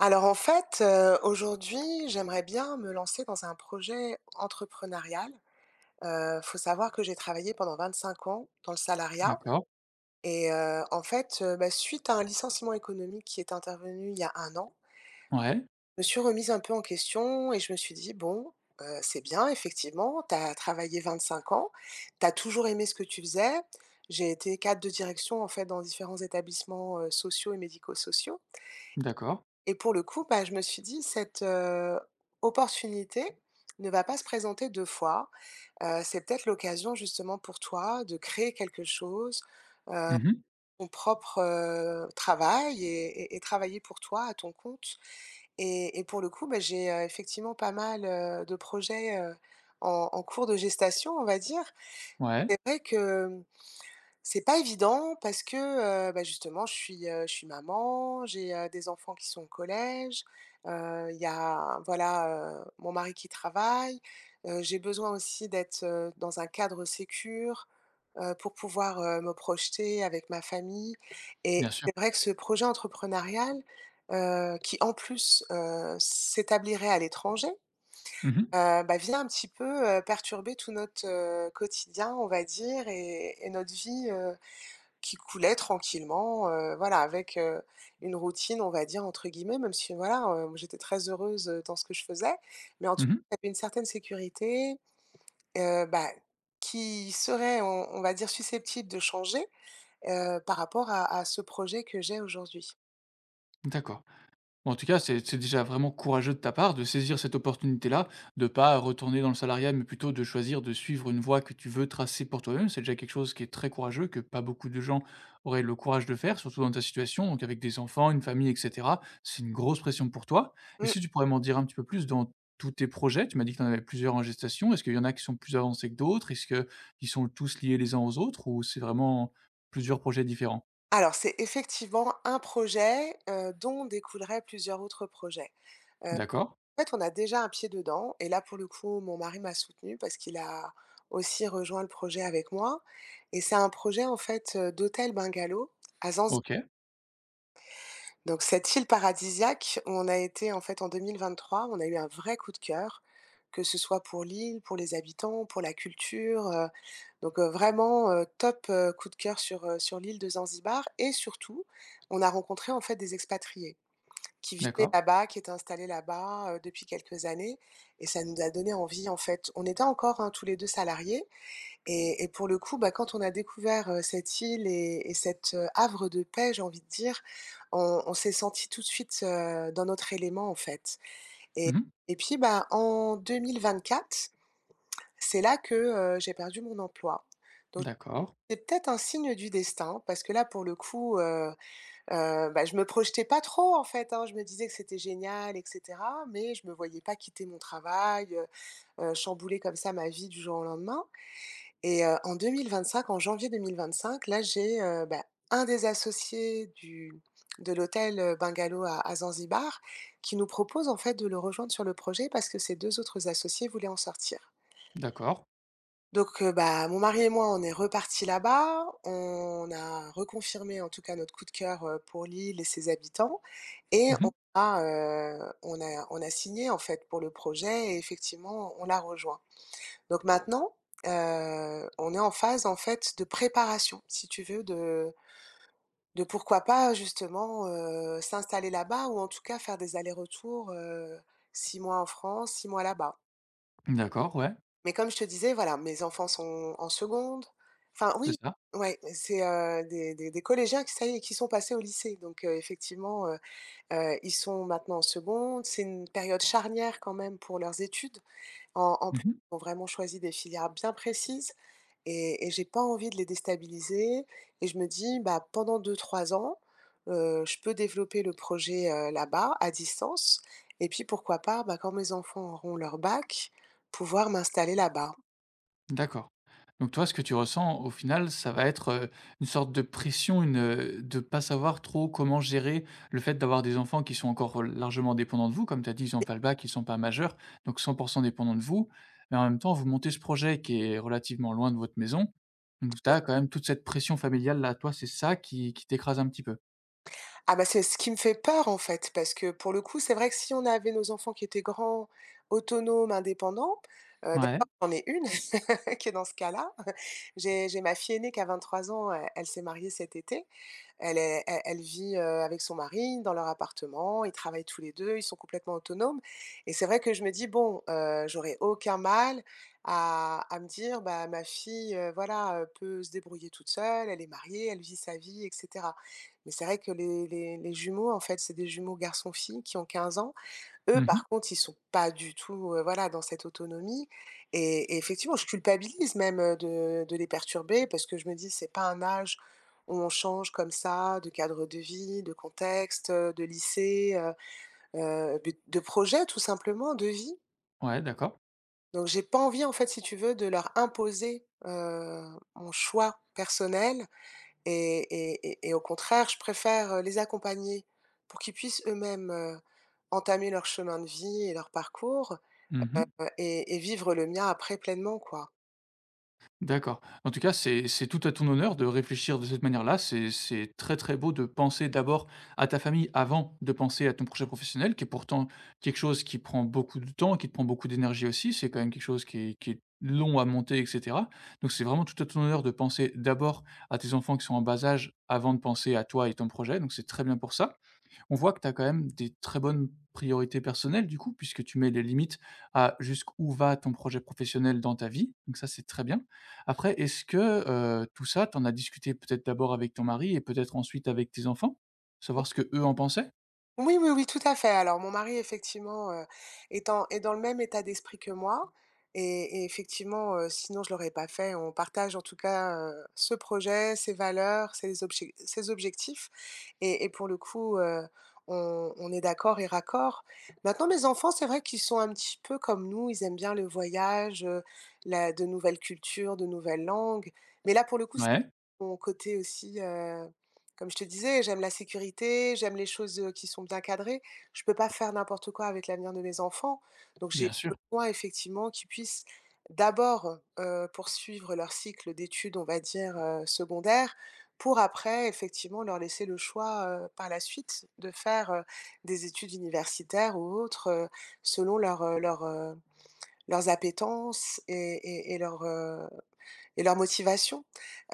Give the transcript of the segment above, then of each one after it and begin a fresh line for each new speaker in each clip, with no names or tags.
Alors en fait, aujourd'hui, j'aimerais bien me lancer dans un projet entrepreneurial. Faut savoir que j'ai travaillé pendant 25 ans dans le salariat
D'accord,
et en fait, bah, suite à un licenciement économique qui est intervenu il y a un an,
ouais,
je me suis remise un peu en question et je me suis dit: «Bon, c'est bien effectivement, tu as travaillé 5 ans, tu as toujours aimé ce que tu faisais». J'ai été cadre de direction en fait dans différents établissements, sociaux et médico-sociaux.
d'accord.
Et pour le coup, bah, je me suis dit: «Cette, opportunité ne va pas se présenter 2 fois, c'est peut-être l'occasion justement pour toi de créer quelque chose,
Mmh,
ton propre, travail et travailler pour toi à ton compte» et pour le coup, bah, j'ai, effectivement pas mal, de projets, en cours de gestation, on va dire.
ouais,
C'est vrai que c'est pas évident parce que, bah, justement je suis maman, j'ai, des enfants qui sont au collège, il y a voilà, mon mari qui travaille, j'ai besoin aussi d'être, dans un cadre sécure, pour pouvoir, me projeter avec ma famille
bien
et
sûr.
c'est vrai que ce projet entrepreneurial, qui en plus, s'établirait à l'étranger,
Mmh,
bah, vient un petit peu, perturber tout notre, quotidien on va dire et notre vie, qui coulait tranquillement, voilà avec, une routine on va dire entre guillemets même si voilà, j'étais très heureuse, dans ce que je faisais. Mais en
mh,
tout cas,
mmh,
j'avais une certaine sécurité, bah, qui serait on va dire susceptible de changer, par rapport à ce projet que j'ai aujourd'hui.
d'accord. En tout cas, c'est déjà vraiment courageux de ta part de saisir cette opportunité-là, de pas retourner dans le salariat, mais plutôt de choisir de suivre une voie que tu veux tracer pour toi-même. C'est déjà quelque chose qui est très courageux, que pas beaucoup de gens auraient le courage de faire, surtout dans ta situation, donc avec des enfants, une famille, et cetera. C'est une grosse pression pour toi. Et
Mmh.
si tu pourrais m'en dire un petit peu plus dans tous tes projets, tu m'as dit que tu en avais plusieurs en gestation. Est-ce qu'il y en a qui sont plus avancés que d'autres? Est-ce qu'ils sont tous liés les uns aux autres ou c'est vraiment plusieurs projets différents?
Alors c'est effectivement un projet, dont découleraient plusieurs autres projets. Euh,
D'accord,
En fait, on a déjà un pied dedans et là, pour le coup, mon mari m'a soutenue parce qu'il a aussi rejoint le projet avec moi et c'est un projet, en fait, d'hôtel bungalow à Zanzibar.
OK,
Donc cette île paradisiaque où on a été, en fait, en 2023, on a eu un vrai coup de cœur, que ce soit pour l'île, pour les habitants, pour la culture, donc vraiment, top, coup de cœur sur, sur l'île de Zanzibar et surtout, on a rencontré, en fait, des expatriés qui vivait
d'accord.
là-bas, qui était installé là-bas, depuis quelques années et ça nous a donné envie en fait. On était encore, hein, tous les 2 salariés et pour le coup, bah, quand on a découvert, cette île et cet, havre de paix, j'ai envie de dire, on s'est senti tout de suite, dans notre élément en fait et
Mmh.
et puis, bah, en quatre c'est là que, j'ai perdu mon emploi. Donc
D'accord,
c'est peut-être un signe du destin parce que là, pour le coup, bah, je me projetais pas trop en fait, hein. Je me disais que c'était génial et cetera, mais je me voyais pas quitter mon travail, chambouler comme ça ma vie du jour au lendemain et en 2025, en janvier 2025, là, j'ai, bah, un des associés du de l'hôtel, bungalow à Zanzibar qui nous propose en fait de le rejoindre sur le projet parce que ses 2 autres associés voulaient en sortir.
d'accord.
Donc bah, mon mari et moi, on est repartis là-bas. On a reconfirmé, en tout cas, notre coup de cœur, pour l'île et ses habitants et on
Mmh.
a, heu, on a on a signé, en fait, pour le projet et effectivement, on l'a rejoint. Donc maintenant, on est en phase, en fait, de préparation, si tu veux, de pourquoi pas, justement, s'installer là-bas ou en tout cas faire des allers-retours, 6 mois en France, 6 mois là-bas.
D'accord, ouais,
Mais comme je te disais, voilà, mes enfants sont en seconde. Enfin
c'est
oui,
ça.
ouais, c'est, des collégiens qui ça y est, qui sont passés au lycée. Donc effectivement, ils sont maintenant en seconde. C'est une période charnière quand même pour leurs études. En plus,
Mmh.
ils ont vraiment choisi des filières bien précises et j'ai pas envie de les déstabiliser et je me dis: «Bah, pendant deux trois ans, je peux développer le projet, là-bas, à distance et puis pourquoi pas, bah, quand mes enfants auront leur bac, pouvoir m'installer là-bas».
D'accord. Donc toi, ce que tu ressens au final, ça va être, une sorte de pression, une, de pas savoir trop comment gérer le fait d'avoir des enfants qui sont encore largement dépendants de vous. Comme tu as dit, ils ont pas le bac, ils sont pas majeurs, donc 100% dépendants de vous. Mais en même temps, vous montez ce projet qui est relativement loin de votre maison, donc tu
Oui.
as quand même toute cette pression familiale là. Toi, c'est ça qui t'écrase un petit peu?
Ah bah, c'est ce qui me fait peur, en fait, parce que pour le coup, c'est vrai que si on avait nos enfants qui étaient grands, autonomes, indépendants,
Ouais.
d'ailleurs j'en ai une qui est dans ce cas-là. J'ai ma fille aînée qui a 23 ans, elle s'est mariée cet été. Elle est elle vit, avec son mari dans leur appartement, ils travaillent tous les 2. Ils sont complètement autonomes et c'est vrai que je me dis: «Bon, j'aurais aucun mal à me dire, bah, ma fille, voilà, peut se débrouiller toute seule, elle est mariée, elle vit sa vie et cetera». Mais c'est vrai que les jumeaux, en fait, c'est des jumeaux garçon-fille qui ont 15 ans. Eux,
Mmh.
par contre, ils sont pas du tout, voilà, dans cette autonomie et effectivement, je culpabilise même, de les perturber parce que je me dis: «C'est pas un âge où on change comme ça de cadre de vie, de contexte, de lycée, de projet tout simplement, de vie».
Ouais, d'accord.
Donc j'ai pas envie en fait, si tu veux, de leur imposer, mon choix personnel et au contraire, je préfère, les accompagner pour qu'ils puissent eux-mêmes, entamer leur chemin de vie et leur parcours.
Mmh.
Et vivre le mien après pleinement, quoi.
D'accord. En tout cas, c'est tout à ton honneur de réfléchir de cette manière-là. C'est très, très beau de penser d'abord à ta famille avant de penser à ton projet professionnel, qui est pourtant quelque chose qui prend beaucoup de temps, qui te prend beaucoup d'énergie aussi. C'est quand même quelque chose qui est long à monter, etc. Donc, c'est vraiment tout à ton honneur de penser d'abord à tes enfants qui sont en bas âge avant de penser à toi et ton projet. Donc, c'est très bien pour ça. On voit que tu as quand même des très bonnes priorités personnelles du coup, puisque tu mets les limites à jusqu'où va ton projet professionnel dans ta vie, donc ça, c'est très bien. Après, est-ce que, tout ça, tu en as discuté peut-être d'abord avec ton mari et peut-être ensuite avec tes enfants? Savoir ce que eux en pensaient?
Oui, oui, oui, tout à fait. Alors mon mari effectivement, est dans le même état d'esprit que moi et effectivement, sinon je l'aurais pas fait. On partage en tout cas, ce projet, ces valeurs, ces objectifs et pour le coup, on est d'accord et raccord. Maintenant mes enfants, c'est vrai qu'ils sont un petit peu comme nous, ils aiment bien le voyage, la de nouvelles cultures, de nouvelles langues. Mais là pour le coup
Ouais,
mon côté aussi, comme je te disais, j'aime la sécurité, j'aime les choses, qui sont bien cadrées. Je peux pas faire n'importe quoi avec l'avenir de mes enfants, donc j'ai
bien sûr.
besoin effectivement qu'ils puissent d'abord, poursuivre leur cycle d'études, on va dire, secondaires, pour après effectivement leur laisser le choix, par la suite de faire, des études universitaires ou autres, selon leurs appétences et et leur motivation,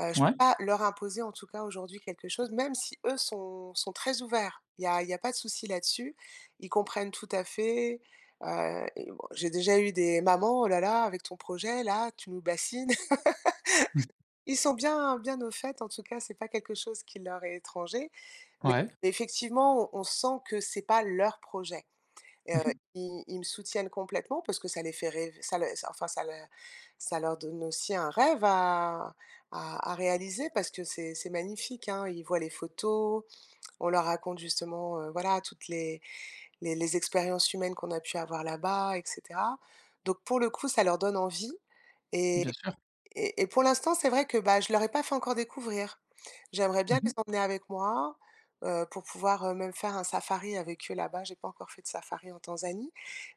je peux
Ouais.
pas leur imposer en tout cas aujourd'hui quelque chose, même si eux sont très ouverts. Il y a pas de souci là-dessus. Ils comprennent tout à fait, et bon, j'ai déjà eu des: mamans, oh là là, avec ton projet là, tu nous bassines».
Mmh.
Ils sont bien au fait, en tout cas, c'est pas quelque chose qui leur est étranger, mais
Ouais.
effectivement, on sent que c'est pas leur projet. Heu,
Mmh.
ils me soutiennent complètement parce que ça les fait rêver, ça le ça enfin ça le ça leur donne aussi un rêve à réaliser parce que c'est magnifique, hein. Ils voient les photos, on leur raconte justement, voilà, toutes les expériences humaines qu'on a pu avoir là-bas et cetera. Donc pour le coup, ça leur donne envie
Bien sûr.
et pour l'instant, c'est vrai que, bah, je leur ai pas fait encore découvrir. J'aimerais bien les
Mmh.
emmener avec moi, pour pouvoir, même faire un safari avec eux là-bas. J'ai pas encore fait de safari en Tanzanie,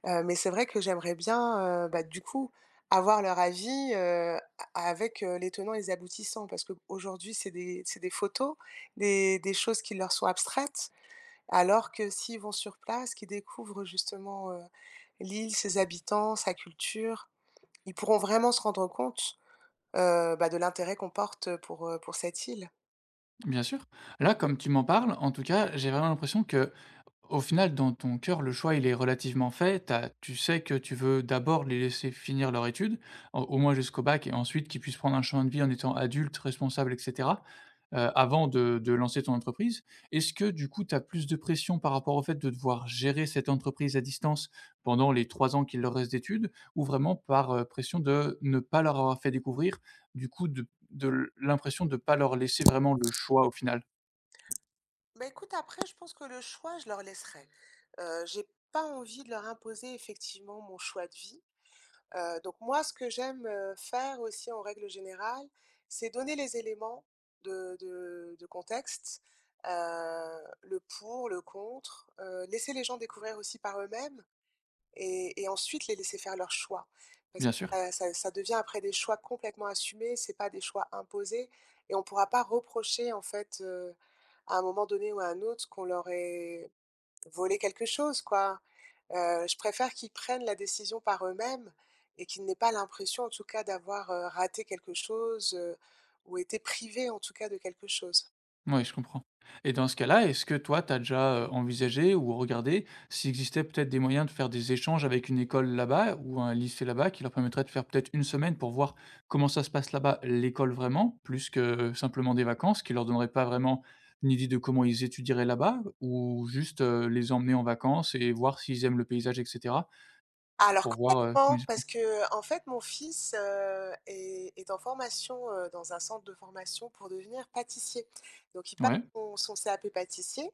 mais c'est vrai que j'aimerais bien, bah, du coup, avoir leur avis, a avec, les tenants et les aboutissants parce qu'aujourd'hui, c'est des photos, des choses qui leur sont abstraites, alors que s'ils vont sur place, qu'ils découvrent justement, l'île, ses habitants, sa culture, ils pourront vraiment se rendre compte bah, de l'intérêt qu'on porte pour cette île.
Bien sûr. Là, comme tu m'en parles, en tout cas, j'ai vraiment l'impression que au final, dans ton cœur, le choix, il est relativement fait. Tu sais que tu veux d'abord les laisser finir leur étude, au moins jusqu'au bac, et ensuite qu'ils puissent prendre un chemin de vie en étant adultes, responsables, et cetera, avant de lancer ton entreprise. Est-ce que, du coup, tu as plus de pression par rapport au fait de devoir gérer cette entreprise à distance pendant les 3 ans qu'il leur reste d'études ou vraiment par, pression de ne pas leur avoir fait découvrir, du coup, de l'impression de ne pas leur laisser vraiment le choix au final?
Bah, écoute, après, je pense que le choix, je leur laisserai. J'ai pas envie de leur imposer effectivement mon choix de vie. Donc moi, ce que j'aime, faire aussi en règle générale, c'est donner les éléments de contexte, le pour, le contre, laisser les gens découvrir aussi par eux-mêmes. Et ensuite les laisser faire leurs choix. Parce que
Bien sûr.
ça devient après des choix complètement assumés, c'est pas des choix imposés et on pourra pas reprocher en fait, à un moment donné ou à un autre qu'on leur ait volé quelque chose quoi. Je préfère qu'ils prennent la décision par eux-mêmes et qu'ils n'aient pas l'impression en tout cas d'avoir, raté quelque chose, ou été privés en tout cas de quelque chose.
Ouais, je comprends. Et dans ce cas-là, est-ce que toi, tu as déjà, envisagé ou regardé s'il existait peut-être des moyens de faire des échanges avec une école là-bas ou un lycée là-bas qui leur permettrait de faire peut-être une semaine pour voir comment ça se passe là-bas, l'école vraiment, plus que simplement des vacances, qui leur donnerait pas vraiment une idée de comment ils étudieraient là-bas ou juste, les emmener en vacances et voir s'ils aiment le paysage et cetera,
Alors
pour voir, comment ils
complètement,
y
parce
pensent?
que en fait mon fils, est en formation, dans un centre de formation pour devenir pâtissier. Donc il passe
Ouais.
son CAP pâtissier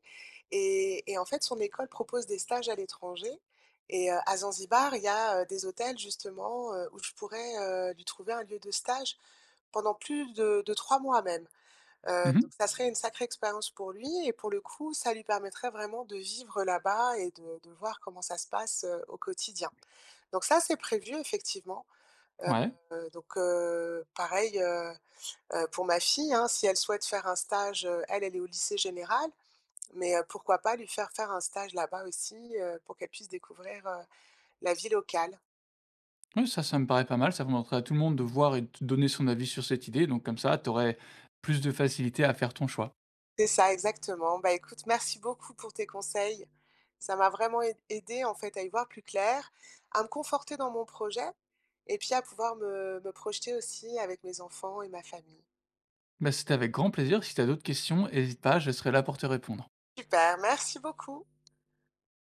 et en fait son école propose des stages à l'étranger et à Zanzibar, il y a, des hôtels justement, où je pourrais, lui trouver un lieu de stage pendant plus de 3 mois même. Donc
Mmh.
ça serait une sacrée expérience pour lui et pour le coup, ça lui permettrait vraiment de vivre là-bas et de voir comment ça se passe, au quotidien. Donc ça, c'est prévu effectivement.
Ouais.
Donc pareil, pour ma fille, hein, si elle souhaite faire un stage, elle, elle est au lycée général, mais pourquoi pas lui faire faire un stage là-bas aussi, pour qu'elle puisse découvrir, la vie locale.
Oui, ça me paraît pas mal. Ça permettrait à tout le monde de voir et de donner son avis sur cette idée. Donc comme ça, tu aurais plus de facilité à faire ton choix.
C'est ça, exactement. Bah, écoute, merci beaucoup pour tes conseils. Ça m'a vraiment aidée, en fait, à y voir plus clair, à me conforter dans mon projet et puis à pouvoir me projeter aussi avec mes enfants et ma famille.
Bah, c'était avec grand plaisir. Si tu as d'autres questions, n'hésite pas, je serai là pour te répondre.
Super, merci beaucoup.